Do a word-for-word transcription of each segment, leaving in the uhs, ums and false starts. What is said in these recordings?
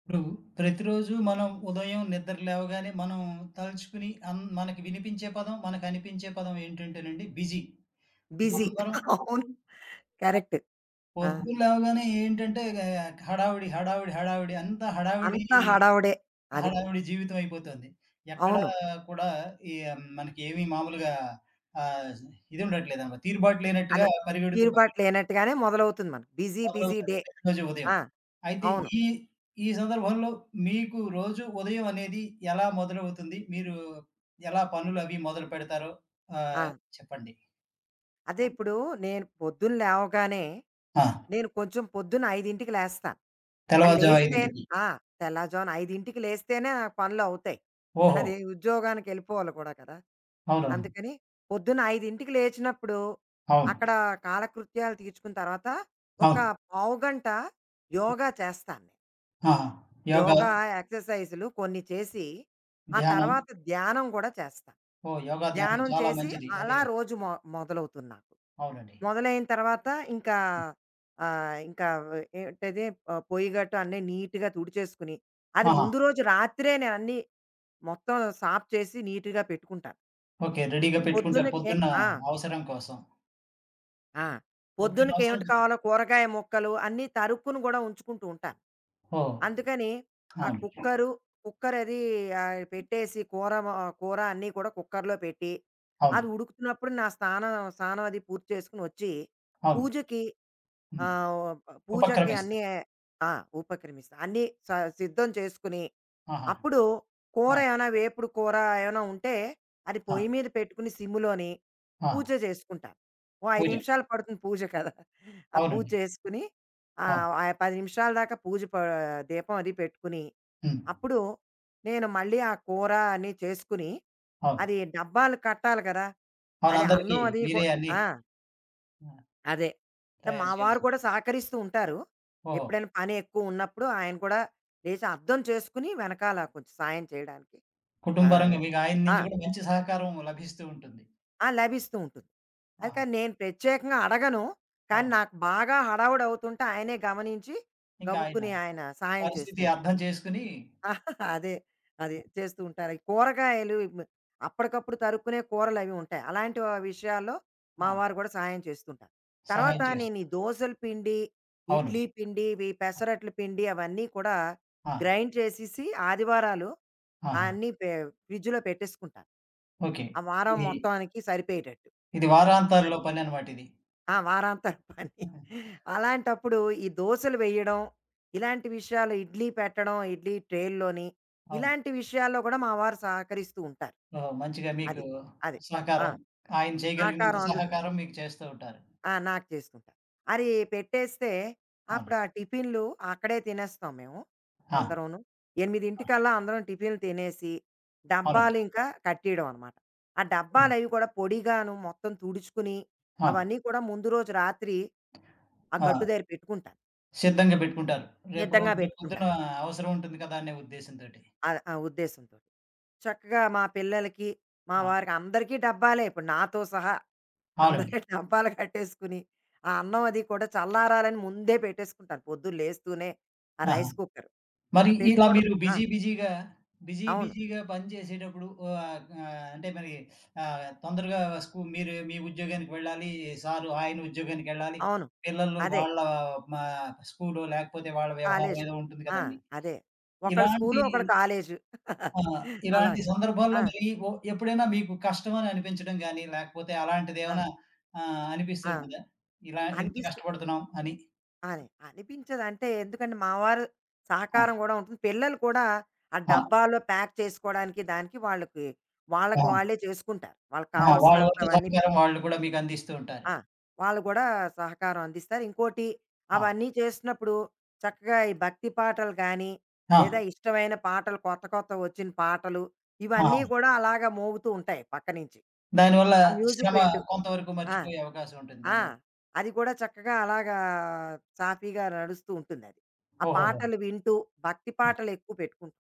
ఇప్పుడు ప్రతిరోజు మనం ఉదయం నిద్ర లేవగానే మనం తలుచుకుని అన్ మనకి వినిపించే పదం, మనకనిపించే పదం ఏంటంటేనండి బిజీ. బిజీ. అందరం అవును. కరెక్ట్. ఆ! పొద్దున లేవగానే ఏంటంటే గ హడావిడి, హడావిడి, హడావిడి అంతా హడావిడి, అంతా హడావుడే. అది. హడావిడి జీవితం అయిపోతుంది. ఎక్కడా అవును. కూడా ఈ ఆ, మనకి ఏమి మామూలుగా ఆహ్, ఇది ఉండట్లేదనమాట. తీరుబాటు లేనట్టుగా అదే. పరిగెడుతూ తీరుబాటు లేనట్టుగానే మొదలవుతుంది మనకు. బిజీ బిజీ మొదలవుతాది డే. ప్రతిరోజు ఉదయం. ఆ! అయితే అవును. ఈ ఈ సందర్భంలో మీకు రోజు ఉదయం అనేది ఎలా మొదలవుతుంది? మీరు ఎలా పనులవి మొదలు పెడతారో ఆ! ఆహ్, చెప్పండి? అదే. ఇప్పుడు నేను పొద్దున్న లేవగానే ఆ! నేను కొంచెం పొద్దున్న ఐదుకి లేస్తాను. ఆ తెల్లవారుజాము లేస్తే ఐదుకి. ఆ! తెల్లవారుజామున ఐదుకి లేస్తేనే నాకు పనులవుతాయి. ఓహో! అది ఉద్యోగానికెళ్ళిపోవాలి కూడా కదా! అవునవును. అందుకని పొద్దున్న ఐదుకి లేచినప్పుడు అక్కడ అవును. కాలకృత్యాలు తీర్చుకున్న తర్వాత ఒక అవును. పావుగంట యోగా చేస్తాను. నేను. ఆహా! యోగా, యోగా ఎక్సర్సైజులు కొన్ని చేసి, ఆ ధ్యానం. తర్వాత ధ్యానం కూడా చేస్తా. ఓహ్! యోగా, ధ్యానం ధ్యానం చాలా చేసి మంచిది. అది అలా రోజు మొ మొదలవుతుంది నాకు. అవునండి. మొదలైన తర్వాత ఇంకా ఆహ్, ఇంకా ఏంటది ఆహ్, పొయ్యి గట్టు అన్నీ నీట్‌గా తుడిచేసుకుని, అది ఆహా! ముందు రోజు రాత్రే నేనన్నీ మొత్తం సాఫ్ చేసి నీట్‌గా పెట్టుకుంటాను. ఓకే. రెడీగా పెట్టుకుంటారు పొద్దున్నకే. పొద్దున్న ఆ! అవసరం కోసం. ఆ! పొద్దున్న పొద్దునకి అవసరం ఏమిటి కదా! కావాలో కూరగాయ ముక్కలు అన్నీ తరుక్కును గూడా ఉంచుకుంటూ ఉంటాను. ఓహ్! అందుకని ఆ అవును. కుక్కరు, కుక్కర్ అది ఆహ్, పెట్టేసి కూర మ కూర అన్నీ కూడా కుక్కర్‌లో పెట్టి, అది అవును. ఉడుకుతున్నప్పుడు నా స్నానం స్నానం అది పూర్తి చేసుకొని వచ్చి, అవును. పూజకి హ్మ్. ఆహ్, పూజకి అన్నీ ఉపక్రమిస్తారు. ఆ! ఉపక్రమిస్తా. అన్నీ స సిద్ధం చేసుకుని ఆహా! అప్పుడు కూర ఆ! ఏమైనా వేపుడు కూర ఏమైనా ఉంటే అది ఆ! పొయ్యి మీద పెట్టుకుని సిమ్ములోని ఆ! పూజ చేసుకుంటాను. ఓ ఐదు పూజ. నిమిషాలు పడుతుంది పూజ కదా! ఆ పూజ అవునండి. చేసుకుని అవును. ఆహ్, ఆ పది నిమిషాల దాకా పూజ ప దీపం అది పెట్టుకుని, హ్మ్. అప్పుడు నేను మళ్ళీ ఆ కూర అన్నీ చేసుకుని, అది అవును. డబ్బాలు కట్టాలి కదా! అవును. అది అందరికీ అన్నం అది కూ మీరే అన్నీ ఆ! ఆ! అదే. సో, మా తయారు వారు చేయాల్సింది. కూడా సహకరిస్తూ ఉంటారు. ఓహో! ఎప్పుడైనా పని ఎక్కువ ఉన్నప్పుడు ఆయన కూడా లేచి అర్థం చేసుకుని వెనకాల కొంచెం సాయం చేయడానికి ఆ! కుటుంబపరంగా మీకు ఆయన ఆ! నుంచి కూడా మంచి సహకారం లభిస్తూ ఉంటుంది. ఆ! లభిస్తూ ఉంటుంది. అది. ఆహా! కానీ నేను ప్రత్యేకంగా అడగను. కానీ అవును. నాకు బాగా హడావుడి అవుతుంటే ఆయనే గమనించి ఇంకా ఆయన గబుక్కుని ఆయన సహాయం చేస్తూ పరిస్థితి ఉంటారు. అర్థం చేసుకొని ఆహ్, అదే. అదే. చేస్తూ ఉంటారు. ఈ కూరగాయలు మ్ అప్పటికప్పుడు తరుక్కునే కూరలవి ఉంటాయి. అలాంటి వ విషయాల్లో మా ఆ! వారు కూడా సహాయం చేస్తుంటారు. తర్వాత సహాయం చేస్తారు. నేను ఈ దోసల పిండి, ఇడ్లీ అవునండి. పిండి, ఇవి పెసరట్ల పిండి అవన్నీ కూడా ఆ! గ్రైండ్ చేసేసి ఆదివారాలు ఆ ఆహా! అన్నీ పె ఫ్రిడ్జ్‌లో పెట్టేసుకుంటాను. ఓకే. ఆ వారం ఇది మొత్తానికి సరిపోయేటట్టు. ఇది వారాంతాల్లో అది. పననమాట ఇది. ఆ! వారాంతపు పని. ఆహా! అలాంటప్పుడు ఈ దోసలు వేయడం, ఇలాంటి విషయాలు ఇడ్లీ పెట్టడం, ఇడ్లీ ట్రేల్లోని, అవును. ఇలాంటి విషయాల్లో కూడా మా వారు సహకరిస్తూ ఉంటారు. ఓహో! మంచిగా మీకు అది. అది. ఆ! సహకారం ఆయన చేయగలిగినంత సహకారం అందుతుంది. సహకారం మీకు చేస్తూ ఉంటారు. ఆ! నాకు చేసుకుంటా. అది పెట్టేస్తే అవును. అప్పుడు ఆ టిఫిన్‌లు అక్కడే తినేస్తాం మేము ఆ! అందరూను. ఆ! 8:00కల్లా అందరం టిఫిన్‌లు తినేసి, అవునండి. డబ్బాలు ఇంకా కట్టేయడం అనమాట. ఆ హ్మ్. డబ్బాలవి కూడా పొడిగాను మొత్తం తుడుచుకుని, ఆ! అవన్నీ కూడా ముందు రోజు రాత్రి ఆ గట్టు ఆ! దగ్గర పెట్టుకుంటాను. సిద్ధంగా పెట్టుకుంటారు. రేపు రో నిద్దంగా రేపు పొద్దున పెట్టుకుంటాను. అవసరం ఉంటుంది కదా అనే ఉద్దేశ్యంతోటి. ఆ ఆ ఉద్దేశంతోటి. చక్కగా మా పిల్లలకి, మా ఆ! వారికి అందరికీ డబ్బాలే ఇప్పుడు నాతో సహా. అందరూ అవునండి. డబ్బాలు కట్టేసుకుని, ఆ అన్నం అది కూడా చల్లారాలని ముందే పెట్టేసుకుంటాను. పొద్దున్న లేస్తూనే ఆ ఆహా! Rice cooker. ఆ మరి ఇలా పెట్టుకోవడం. మీరు ఆ! బిజీ బిజీగా, బిజీ అవును. బిజీగా పని చేసేటప్పుడు ఆహ్, ఆహ్, అంటే మరి ఆహ్, తొందరగా స్కూ మీరు మీ ఉద్యోగానికి వెళ్ళాలి. సారు ఆయన ఉద్యోగానికెళ్ళాలి. అవును. పిల్లలు అదే. వాళ్ళ మా స్కూలు లేకపోతే వాళ్ళ వ్యవహారం కాలేజు. ఏదో ఉంటుంది ఆ! కదండీ. అదే. ఒకళ్ళు స్కూలు, ఇలాంటి ఒకళ్ళు కాలేజు. ఆ! అది. ఇలాంటి అలాగా. ఆ! సందర్భాల్లో మరి ఒ ఎప్పుడైనా మీకు కష్టమని అనిపించడం గాని, లేకపోతే ఆ! అలాంటిదేమన్నా ఆహ్, ఆ! అనిపిస్తుంటదా? ఇలా ఇంత అనిపిస్తూ కష్టపడుతున్నాం అని. అని అనిపించదు. అంటే ఎందుకంటే మా వారు ఆ! సహకారం గూడా ఉంటుంది. పిల్లలు కూడా ఆ ఆ! డబ్బాలో ప్యాక్ చేసుకోవడానికి దానికి వాళ్ళకి ఆ! వాళ్ళకి వాళ్ళే చేసుకుంటారు. వాళ్ళకి ఆ! వాళ్ళ వంతు కావాల్సినంతవన్నీ. సహకారం వాళ్ళు కూడా మీకు అందిస్తూ ఉంటారు. ఆ! వాళ్ళు గూడా సహకారం అందిస్తారు. ఇంకోటి ఆ! అవన్నీ చేస్తున్నప్పుడు చక్కగా ఈ భక్తి పాటలు గానీ, ఆ! లేదా ఇష్టమైన పాటలు కొత్త కొత్త వచ్చిన పాటలు ఆహా! ఇవన్నీ గూడా అలాగా మోగుతూ ఉంటాయి పక్క నుంచి. దానివల్ల ఆ మ్యూజిక్ శ్రమ వింటూ. కొంతవరకు ఆ! మర్చిపోయే అవకాశం ఉంటుంది ఆ! దానివల్ల. అది కూడా చక్కగా అలాగా సాఫీగా నడుస్తూ ఉంటుందది. ఆ ఓహోహో! పాటలు వింటూ, భక్తి పాటలు ఎక్కువ పెట్టుకుంటాం.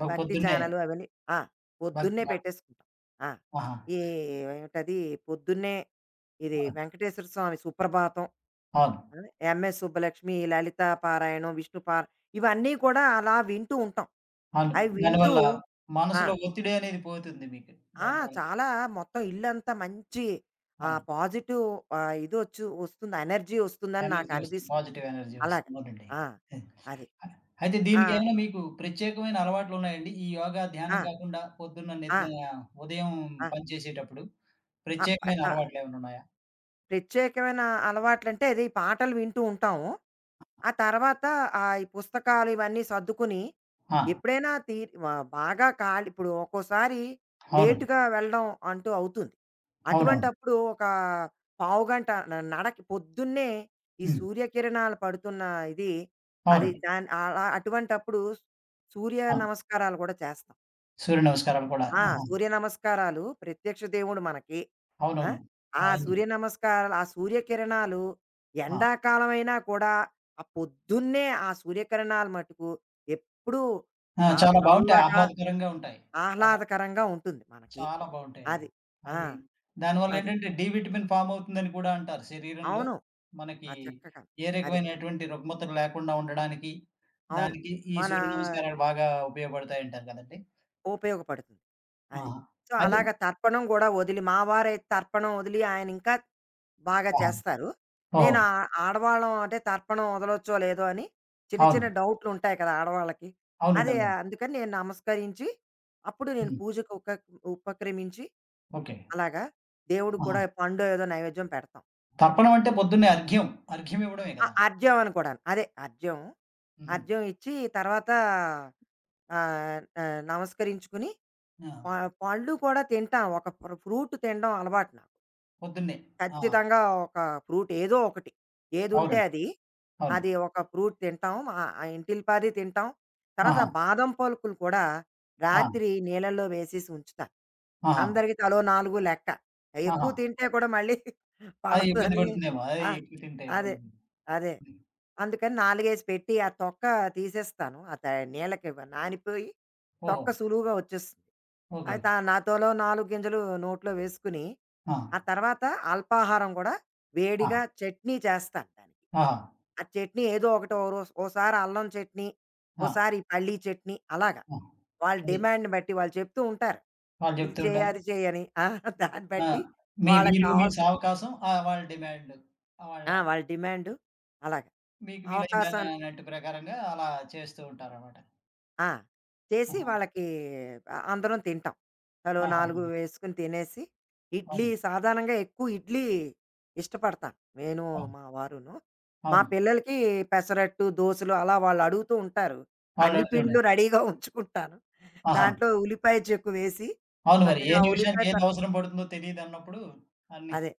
ఈ ఆ! భక్తి పొద్దున్నే ఛానల్ అవన్నీ ఆ! భక్తి పొద్దున్నే పాట. పెట్టేసుకుంటాం. ఆ! ఆహా! ఈ ఏమిటది పొద్దున్నే ఇది ఆ! వెంకటేశ్వర స్వామి సుప్రభాతం, అవును. ఆ! ఎంఎస్ సుబ్బలక్ష్మి, లలితా పారాయణం, విష్ణు పారా ఇవన్నీ కూడా అలా వింటూ ఉంటాం. అవును. అవి వింటూ. దానివల్ల ఆ! మనసులో ఒత్తిడి అనేది పోతుంది మీకు. ఆ! దానివల్ల. చాలా. మొత్తం ఇల్లంతా మంచి ఆ! ఆహ్, పాజిటివ్ ఆహ్, ఇదొచ్చు వస్తుంది. ఎనర్జీ వస్తుందని ఎనర్జీ వస్తుంది. నాకనిపిస్తుంది. పాజిటివ్ ఎనర్జీ అలాగా. వస్తుంది. అవునండి. ఆ! అది. అహ్, అయితే ఆ! దీనికేమైనా మీకు ప్రత్యేకమైన అలవాట్లున్నాయండి? ఈ యోగా, ఆ! ధ్యానం కాకుండా పొద్దున్న ఆ! నిద్ర ఉదయం ఆ! పని చేసేటప్పుడు ఆ! ఆ! ప్రత్యేకమైన ఆ! అలవాట్లేమన్నున్నాయా? ప్రత్యేకమైన అలవాట్లంటే అది పాటలు వింటూ ఉంటాము. ఆ తర్వాత ఆహ్, ఈ పుస్తకాలు ఇవన్నీ సర్దుకుని ఆ! ఎప్పుడైనా తీ వ బాగా ఖాళీ ఇప్పుడు ఒక్కోసారి అవునండి. లేట్‌గా వెళ్ళడం అంటూ అవుతుంది. అవునవును. అటువంటప్పుడు ఒక పావుగంట న నడక పొద్దున్నే ఈ హ్మ్. సూర్యకిరణాలు పడుతున్న ఇది అది అవునండి. దాని అలా అటువంటప్పుడు సూర్య ఆ! నమస్కారాలు కూడా చేస్తాం. సూర్య నమస్కారాలు కూడా. ఆ! ఆహా! సూర్య నమస్కారాలు ప్రత్యక్ష దేవుడు మనకి. ఆ! అవునవును. ఆ ఆయన్ని సూర్య నమస్కారాలు, ఆ సూర్యకిరణాలు ఆ! ఎండాకాలమైనా కూడా ఆ పొద్దున్నే ఆ సూర్యకిరణాలు మటుకు ఎప్పుడూ ఆ! చా చాలా బావుంటాయి. చల్లగా, ఆహ్లాదకరంగా ఉంటాయి. చాలా ఆహ్లాదకరంగా ఉంటుంది మనకి. చాలా బావుంటాయండి. అది. ఆ! అది అ అది. దానివల్లేంటంటే డి విటమిన్ ఫార్మ్ అవుతుందని కూడా అంటారు. శరీరంలో అవును. మనకి ఆ! చక్కగా. ఏ అదే. రకమైనటువంటి రుగ్మతలు లేకుండా ఉండడానికి, అవును. దానికి ఈ మనా సూర్య నమస్కారాలు బాగా ఉపయోగపడతాయంటారు కదండీ! ఉపయోగపడుతుంది. అది. ఆహా! సో, అది అలాగ తర్పణం గూడా వదిలి మా వారైతే తర్పణం వదిలి ఆయన ఇంకా బాగా ఆహా! చేస్తారు. ఓహో! నేను ఆ ఆడవాళ్ళం అంటే తర్పణం వదలొచ్చో లేదో అని చిన్న చిన్న అవును. డౌట్లుంటాయి కదా! ఆడవాళ్ళకి. అవునండి. అదే. అవునండి. అందుకని నేను నమస్కరించి, అప్పుడు నేను హ్మ్. పూజకు ఉప ఉపక్రమించి ఓకే. అలాగా దేవుడికి ఆహా! కూడా పండో ఏదో నైవేద్యం పెడతాం. తర్పణం అంటే పొద్దున్నే అర్ఘ్యం. అర్ఘ్యం ఇవ్వడమే ఆ! కదా! అర్జ్యం అని కూడాను. అదే అర్జ్యం. హుహు. అర్జ్యం ఇచ్చి తర్వాత ఆహ్, ఆహ్, నమస్కరించుకుని ఆ! ప పళ్ళు కూడా తింటాం. ఒక ఫ్ర ఫ్రూట్ తినడం అలవాటు నాకు. పొద్దున్నే. ఆ! ఖచ్చితంగా ఒక ఫ్రూట్ ఏదో ఒకటి. ఏదుంటే అవునండి. అది. అవును. అది ఒక ఫ్రూట్ తింటాం. ఆహ్, ఆ ఇంటిల్లిపాది తింటాం. తర్వాత ఆహా! బాదం పలుకులు కూడా ఆ! రాత్రి నీళ్ళల్లో వేసేసి ఉంచుతాను. ఆహా! అందరికి తలో నాలుగు లెక్క. ఎక్కువ ఆహా! తింటే కూడా మళ్ళీ అది ఇబ్బంది పడదని పెడుతుందేమో. అది ఆ! ఎక్కువ తింటే అదే. ఇబ్బంది. అదే. హ్మ్. అందుకని నాలుగేసి పెట్టి ఆ తొక్క తీసేస్తాను. ఆ త నీళ్ళకి ఇవ్వ- నానిపోయి ఓహో! తొక్క సులువుగా వచ్చేస్తుంది. ఓకే. అయితే ఆ నాతోలో నాలుగు గింజలు నోట్లో వేసుకుని, ఆ! ఆ తర్వాత అల్పాహారం కూడా ఆ! వేడిగా చట్నీ చేస్తాను దానికి. ఆ! ఆ చట్నీ ఏదో ఒకటి ఓ రోస్ ఓసారి అల్లం చట్నీ, ఆ! ఓసారి పల్లీ చట్నీ అలాగా. ఆ! వాళ్ళ అది. డిమాండ్‌ని బట్టి వాళ్ళు చెప్తూ ఉంటారు. వాళ్ళు ఇది చెప్తూ చేయి, ఉంటారు. అది చేయని. ఆ! దాన్ని ఆ! బట్టి మీ వాళ్ళకి వీలు, మీ కావాల్సిన సావకాశం ఆహ్, వాళ్ళ డిమాండ్. వాళ్ళ ఆ! వాళ్ళ డిమాండు అలాగా. మీకు వీలైన అవకాశం. అన్నట్టు ప్రకారంగా అలా చేస్తూ ఉంటారనమాట. ఆ! చేసి ఆహా! వాళ్ళకి ఆహ్, అందరం తింటాం. అలో ఆహాహా! నాలుగు వేసుకొని తినేసి, ఇడ్లీ అవును. సాధారణంగా ఎక్కువ ఇడ్లీ ఇష్టపడతాను. నేను, అవును. మా వారును. మా అవును. పిల్లలకి పెసరట్టు, దోసలు అలా వాళ్ళు అడుగుతూ ఉంటారు. అన్ని వాళ్ళడుగుతూ పిండ్లు ఉంటారు. రెడీగా ఉంచుకుంటాను. ఆహా! దాంట్లో ఉల్లిపాయ చెక్కు వేసి, అవును మరి. ఏ చక్కగా ఉల్లిపాయ నిమిషానికి ఏది తర్ అవసరం పడుతుందో తెలీదన్నప్పుడు అన్నీ, అదే.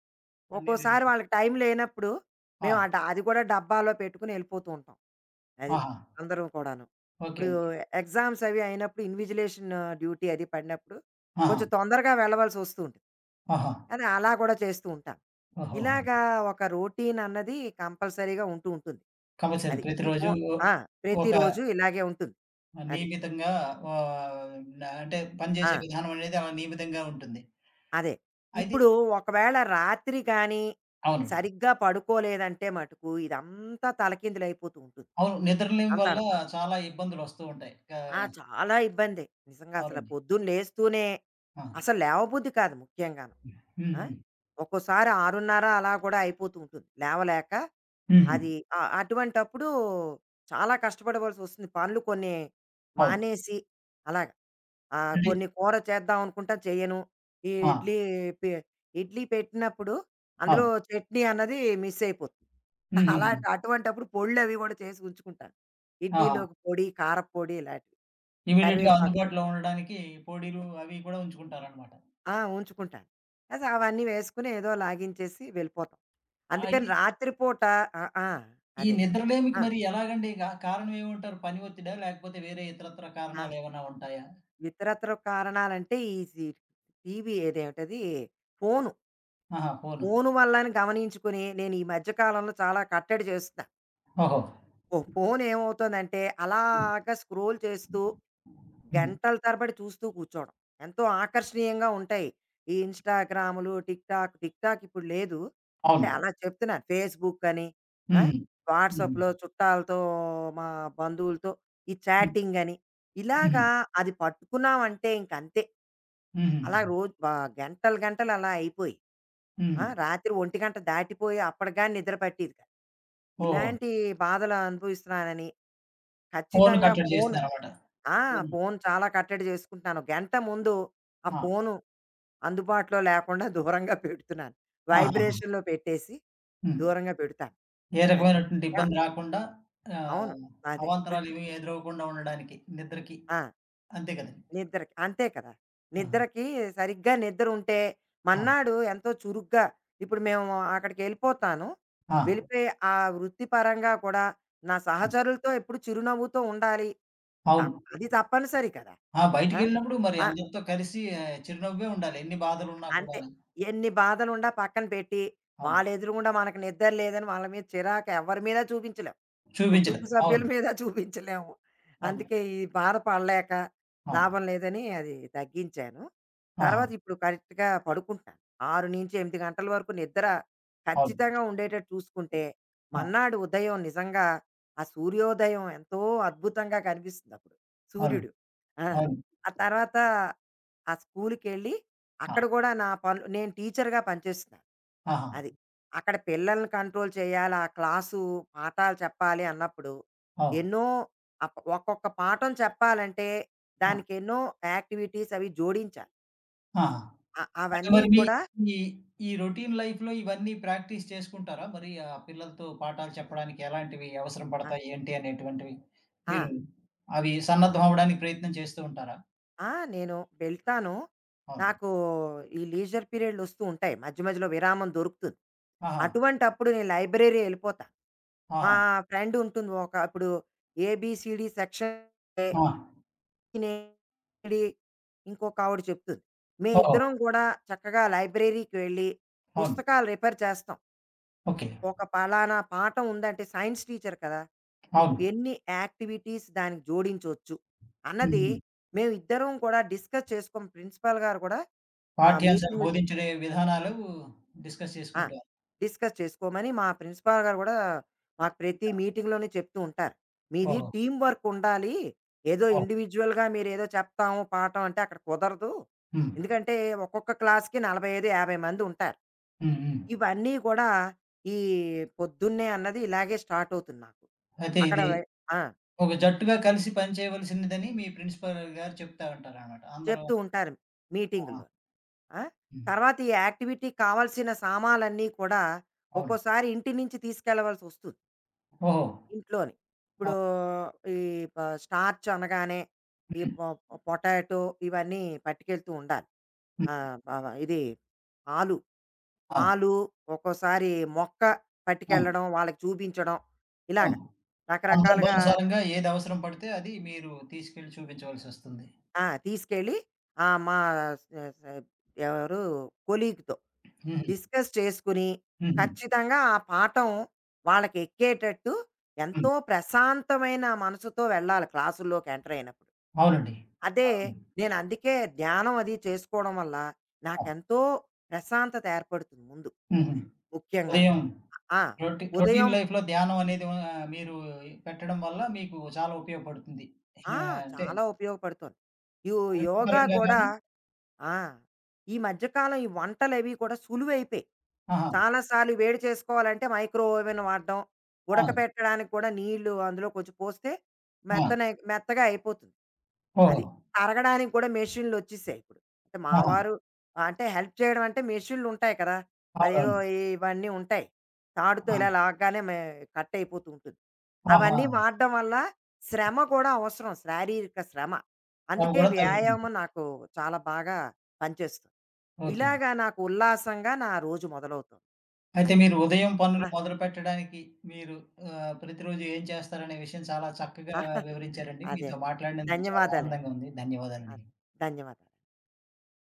అన్నీ ఒక్కోసారి రెడీగా వాళ్ళకి టైం లేనప్పుడు మేము ఆ ఆ! డ అది కూడా డబ్బాలో పెట్టుకుని వెళ్ళిపోతూ ఉంటాం. అది. ఆహా! అందరం కూడాను. ఓకే. ఇప్పుడు ఓకే. ఎగ్జామ్స్ అవి అయినప్పుడు ఇన్విజిలేషన్ డ్యూటీ అది పడినప్పుడు ఆహా! కొంచెం తొందరగా వెళ్ళవలసొస్తూ ఉంటుంది. ఆహా! కానీ అలా కూడా చేస్తూ ఉంటాను. ఓహోహో! ఇలాగా ఒక రొటీన్ అన్నది కంపల్సరీగా ఉంటూ ఉంటుంది. కంపల్సరీ అది. ఈ ప్రతిరోజు ఫోన్. ఆ! ఒక ప్రతిరోజు ఇలాగే ఉంటుంది. అది. నియమితంగా ఆహ్, న అంటే ఆ! పనిచేసే విధానం అనేది అలా నియమితంగా ఉంటుంది. అదే. అయితే ఇప్పుడు ఒకవేళ రాత్రి గానీ, అవునండి. సరిగ్గా పడుకోలేదంటే మటుకు ఇదంతా తలకిందులైపోతూ ఉంటుంది. అవును. నిద్రలేమి వల్ల అంతాను. చాలా ఇబ్బందులొస్తూ ఉంటాయి. గా ఆ! చాలా ఇబ్బందే. నిజంగా అసల అవునండి. పొద్దున్న లేస్తూనే ఆ! అసలు లేవబుద్ధి కాదు ముఖ్యంగాను. హ్మ్. ఆ! హ్మ్. ఒక్కోసారి ఆరున్నర అలా కూడా అయిపోతూ ఉంటుంది. లేవలేక హుహు. అది అ అటువంటప్పుడు చాలా కష్టపడవలసొస్తుంది. పనులు కొన్ని అవును. మానేసి అలాగ. ఆ! అంటే కొన్ని కూర చేద్దాం అనుకుంటా చెయ్యను. ఈ ఆ! ఇడ్లీ పె ఇడ్లీ పెట్టినప్పుడు అందులో అవును. చట్నీ అన్నది మిస్ అయిపోతుంది. హుహుహు. అలాంటి అటువంటప్పుడు పొళ్ళవి గూడా చేసి ఉంచుకుంటాను. ఆహా! ఇడ్లీలోకి పొడి, కారప్పొడి ఇలాంటివి. ఇమ్మీడియేట్‌గా కరివేపాకు పొడి. అందుబాటులో ఉండడానికి పొడిలు అవి కూడా ఉంచుకుంటారనమాట. ఆ! ఉంచుకుంటాను. అయితే అవన్నీ వేసుకొని ఏదో లాగించేసి వెళ్ళిపోతాం. అందుకని అయితే రాత్రి పూట ఆ! ఆ! ఈ అదే. నిద్రలేమికి ఆ! మరి ఎలాగండి కా కారణం ఏమంటారు? పని ఒత్తిడా? లేకపోతే వేరే ఇతరత్ర ఆ! కారణాలేమన్నా ఉంటాయా? ఇతరత్ర కారణాలంటే ఈ సి టీవీ ఇదేంటది ఫోను. ఆహా! ఫోను. ఫోను వల్లని గమనించుకుని నేను ఈ మధ్య కాలంలో చాలా కట్టడి చేస్తున్నా. ఓహో! ఓ ఫోను ఏమవుతోందంటే హ్మ్. అలాగా స్క్రోల్ చేస్తూ హ్మ్. గంటల తరబడి చూస్తూ కూర్చోవడం. ఎంతో ఆకర్షణీయంగా ఉంటాయి. ఈ ఇన్‌స్టాగ్రాములు, టిక్‌టాక్, టిక్‌టాక్ ఇప్పుడు లేదు. అంటే అవును. అలా చెప్తున్నాను. ఫేస్‌బుక్ అని ఆ! హ్మ్. హుహు. వాట్సాప్‌లో చుట్టాలతో, మా బంధువులతో ఈ హ్మ్. చాటింగ్ అని హ్మ్. ఇలాగా అది పట్టుకున్నామంటే ఇంకంతే. అలా హుహుహు. రోజు బా గంటలు గంటలు అలా అయిపోయి. హ్మ్. ఆ! రాత్రి ఒంటి గంట దాటిపోయి అప్పటికి గాని నిద్ర పట్టేది కాదు. ఓహ్! ఇలాంటి బాధలు అనుభవిస్తున్నానని ఫోను ఖచ్చితంగా కట్టడి ఫోను. చేస్తున్నారన్నమాట. ఆ! ఫోను. ఫోను చాలా కట్టడి చేసుకుంటున్నాను. గంట ముందు ఆ ఆ! ఫోను అందుబాటులో లేకుండా దూరంగా పెడుతున్నాను. ఆహాహా! వైబ్రేషన్‌లో పెట్టేసి హ్మ్. దూరంగా పెడతాను. ఏ అది. రకమైనటువంటి యాహ్! ఇబ్బంది రాకుండా అవును. ఆహ్, అదే. అవాంతరాలేమీ ఎదురవ్వకుండా ఉండడానికి నిద్రకి. ఆ! అంతే కదండీ. నిద్రకి. అంతే కదా! ఆహా! నిద్రకి సరిగ్గా నిద్రుంటే, ఆ! మన్నాడు ఎంతో చురుగ్గా ఇప్పుడు మేము అక్కడికెళ్ళిపోతాను. ఆ! వెళ్ళిపోయి ఆ వృత్తిపరంగా కూడా నా ఆ! సహచరులతో ఎప్పుడు చిరునవ్వుతో ఉండాలి. అవును. తప్ అది తప్పనిసరి కదా! ఆ! ఆ! బయటికెళ్ళినప్పుడు మరి ఆ! అందరితో కలిసి ఆహ్, చిరునవ్వే ఉండాలి. ఎన్ని బాధలున్నా అంతే. కూడాను. ఎన్ని బాధలుండా పక్కన పెట్టి, అవును. వాళ్ళెదురుగుండా మనకు నిద్ర లేదని వాళ్ళ మీద చిరాకు ఎవరి మీద చూపించలేం. కుటుంబ చూపించలేదు. సభ్యుల అవును. మీద చూపించలేము. అవును. అందుకే ఈ బాధ పడలేక ఆ! లాభం లేదని అది తగ్గించాను. ఆహా! తర్వాత ఇప్పుడు కరెక్ట్‌గా పడుకుంటాను. ఆరు నుంచి ఎనిమిది గంటల వరకు నిద్ర అవును. ఖచ్చితంగా ఉండేటట్టు చూసుకుంటే, ఆ! మర్నాడు ఉదయం నిజంగా ఆ సూర్యోదయం ఎంతో అద్భుతంగా కనిపిస్తుందప్పుడు అవును. సూర్యుడు. ఆ! అవును. ఆ తర్వాత ఆ స్కూలుకెళ్ళి ఆ! అక్కడ గూడా నా పనులు నేను టీచర్‌గా పనిచేస్తున్నాను. ఆహా! అది. అక్కడ పిల్లల్ని కంట్రోల్ చేయాలి. ఆ క్లాసు పాఠాలు చెప్పాలి అన్నప్పుడు అవును. ఎన్నో అప్ ఒక్కొక్క పాఠం చెప్పాలంటే ఆ! దానికెన్నో యాక్టివిటీస్ అవి జోడించాలి. ఆహా! అ అంటే అవన్నీ మరి మీ కూడా ఈ ఈ రొటీన్ లైఫ్‌లో ఇవన్నీ ప్రాక్టీస్ చేసుకుంటారా? మరి ఆ పిల్లలతో పాఠాలు చెప్పడానికి ఎలాంటివి అవసరం ఆ! పడతాయి? ఏంటి అనేటువంటివి? ఆ! మీరు అవి సన్నద్ధం అవ్వడానికి ప్రయత్నం చేస్తూ ఉంటారా? ఆ! నేను వెళ్తాను. అవును. నాకు ఈ లీజర్ పీరియడ్‌లు వస్తూ ఉంటాయి. మధ్య మధ్యలో విరామం దొరుకుతుంది. ఆహా! అటువంటప్పుడు నేను లైబ్రరీ ఎళ్ళిపోతా. మా ఆహా! ఫ్రెండ్ ఉంటుంది. ఒక ఇప్పుడు ఏబీసీడీ సెక్షన్ ఆ! తినేడి ఇంకొకావిడ చెప్తుంది. ఓహో! మేమిద్దరం గూడా చక్కగా లైబ్రరీకి వెళ్ళి, అవును. పుస్తకాలు రిఫర్ చేస్తాం. ఓకే. ఒక పలానా పాఠం ఉందంటే సైన్స్ టీచర్ కదా! ఉ అవును. ఎన్ని యాక్టివిటీస్ దానికి జోడించొచ్చు అన్నది హుహు. మేమిద్దరం కూడా డిస్కస్ చేసుకోం. ప్రిన్సిపల్ గారు కూడా ఆహ్, పాఠ్యాంశాలు మీటింగులు. బోధించే విధానాలు డిస్కస్ ఆ! చేసుకుంటారు. డిస్కస్ చేసుకోమని మా ప్రిన్సిపాల్ గారు గూడా మాకు ప్రతి మీటింగ్‌లోని చెప్తూ ఉంటారు. "మీది ఓహో! టీమ్ వర్క్ ఉండాలి. ఏదో ఓహ్! ఇండివిడ్యుయల్‌గా మీరేదో చెప్తాము, పాఠం అంటే అక్కడ కుదరదు. హ్మ్. ఎందుకంటే ఒక్కొక్క క్లాస్‌కి నలభై ఐదు, యాభై మంది ఉంటారు." హ్మ్. హ్మ్. ఇవన్నీ కూడా ఈ పొద్దున్నే అన్నది ఇలాగే స్టార్ట్ అవుతుంది నాకు. అయితే అక్కడ ఇది వె ఆ! ఒక జట్టుగా కలిసి పనిచేయవలసినదని మీ ప్రిన్సిపల్ గారు చెప్తా ఉంటారనమాట. అందరూ చెప్తూ ఉంటారు ఆహా! మీటింగుల్లో. ఆ! హ్మ్. తర్వాత ఈ యాక్టివిటీకి కావాల్సిన సామాలన్నీ కూడా అవును. ఒక్కోసారి ఇంటి నుంచి తీసుకెళ్ళవలసొస్తుంది. ఓహో! ఇంట్లోని. ఆ! ఇప్పుడు ఈ ప స్టార్చ్ అనగానే ఈ హ్మ్. పొ పొటాటో ఇవన్నీ పట్టుకెళ్తూ ఉండాలి. హ్మ్. ఆహ్, వ వ ఇది ఆలు, అవును. ఆలు ఒక్కోసారి మొక్క అవును. పట్టుకెళ్ళడం, వాళ్ళకి చూపించడం ఇలాగ అవును. రకరకాలుగా. సందర్భానుసారంగా ఏది అవసరం పడితే అది మీరు తీసుకెళ్ళి చూపించవలసొస్తుంది. ఆ! తీసుకెళ్ళి ఆహ్, మా స స ఎవరు కొలీగ్‌తో హుహు. డిస్కస్ చేసుకుని, హుహు. ఖచ్చితంగా ఆ పాఠం వాళ్ళకెక్కేటట్టు ఎంతో హ్మ్. ప్రశాంతమైన మనసుతో వెళ్ళాలి క్లాసుల్లోకి ఎంటర్ అయినప్పుడు. అవునండి. అదే. అవును. నేనందుకే ధ్యానం అది చేసుకోవడం వల్ల అవును. నాకెంతో ప్రశాంతత ఏర్పడుతుంది ముందు హుహు. ముఖ్యంగాను. ఉదయం ఆ! రొటీ రొటీన్ ఉదయం లైఫ్‌లో ధ్యానం అనేది ఆహ్, మీరు పెట్టడం వల్ల మీకు చాలా ఉపయోగపడుతుంది. ఆహ్, ఆ! అంటే చాలా ఉపయోగపడుతోంది. యు యోగా వృత్తిపరంగా కూడా గాని ఆ! ఈ మధ్య కాలం ఈ వంటలవి కూడా సులువైపోయాయి. ఆహా! చాలా సార్లు వేడి చేసుకోవాలంటే మైక్రో ఓవెన్ వాడడం, ఆ! ఉడకపెట్టడానికి కూడా నీళ్ళు అందులో కొంచెం పోస్తే ఆ! మెత్తనై మెత్తగా అయిపోతుంది. ఓహో! అది. తరగడానికి కూడా మెషిన్‌లొచ్చేసాయి ఇప్పుడు. అంటే మా ఆహా! వారు అంటే హెల్ప్ చేయడం అంటే మెషిన్‌లుంటాయి కదా! అదేదో అవునవును. ఇవన్నీ ఉంటాయి. తాడుతో ఆ! ఇలా లాగగానే మే కట్ అయిపోతూ ఉంటుంది. ఆహా! అవన్నీ వాడడం వల్ల శ్రమ కూడా అవసరం. శారీరక శ్రమ. శ్రమ అందుకే గూడా తగ్గుతుంది. వ్యాయామం నాకు చాలా బాగా పనిచేస్తుంది. ఓకే. ఇలాగా నాకు ఉల్లాసంగా నా రోజు మొదలవుతుంది. అయితే అది. మీరు ఉదయం పనులు ఆ! మొదలుపెట్టడానికి మీరు ఆహ్, ప్రతిరోజు ఏం చేస్తారనే విషయం చాలా చక్కగా ఆ, అదే. వివరించారండి. అదే. మీతో మాట్లాడినందుకు చాలా ధన్యవాదాలండి. ఆనందంగా ఉంది. ఆ! ధన్యవాదాలండి. ధన్యవాదాలు.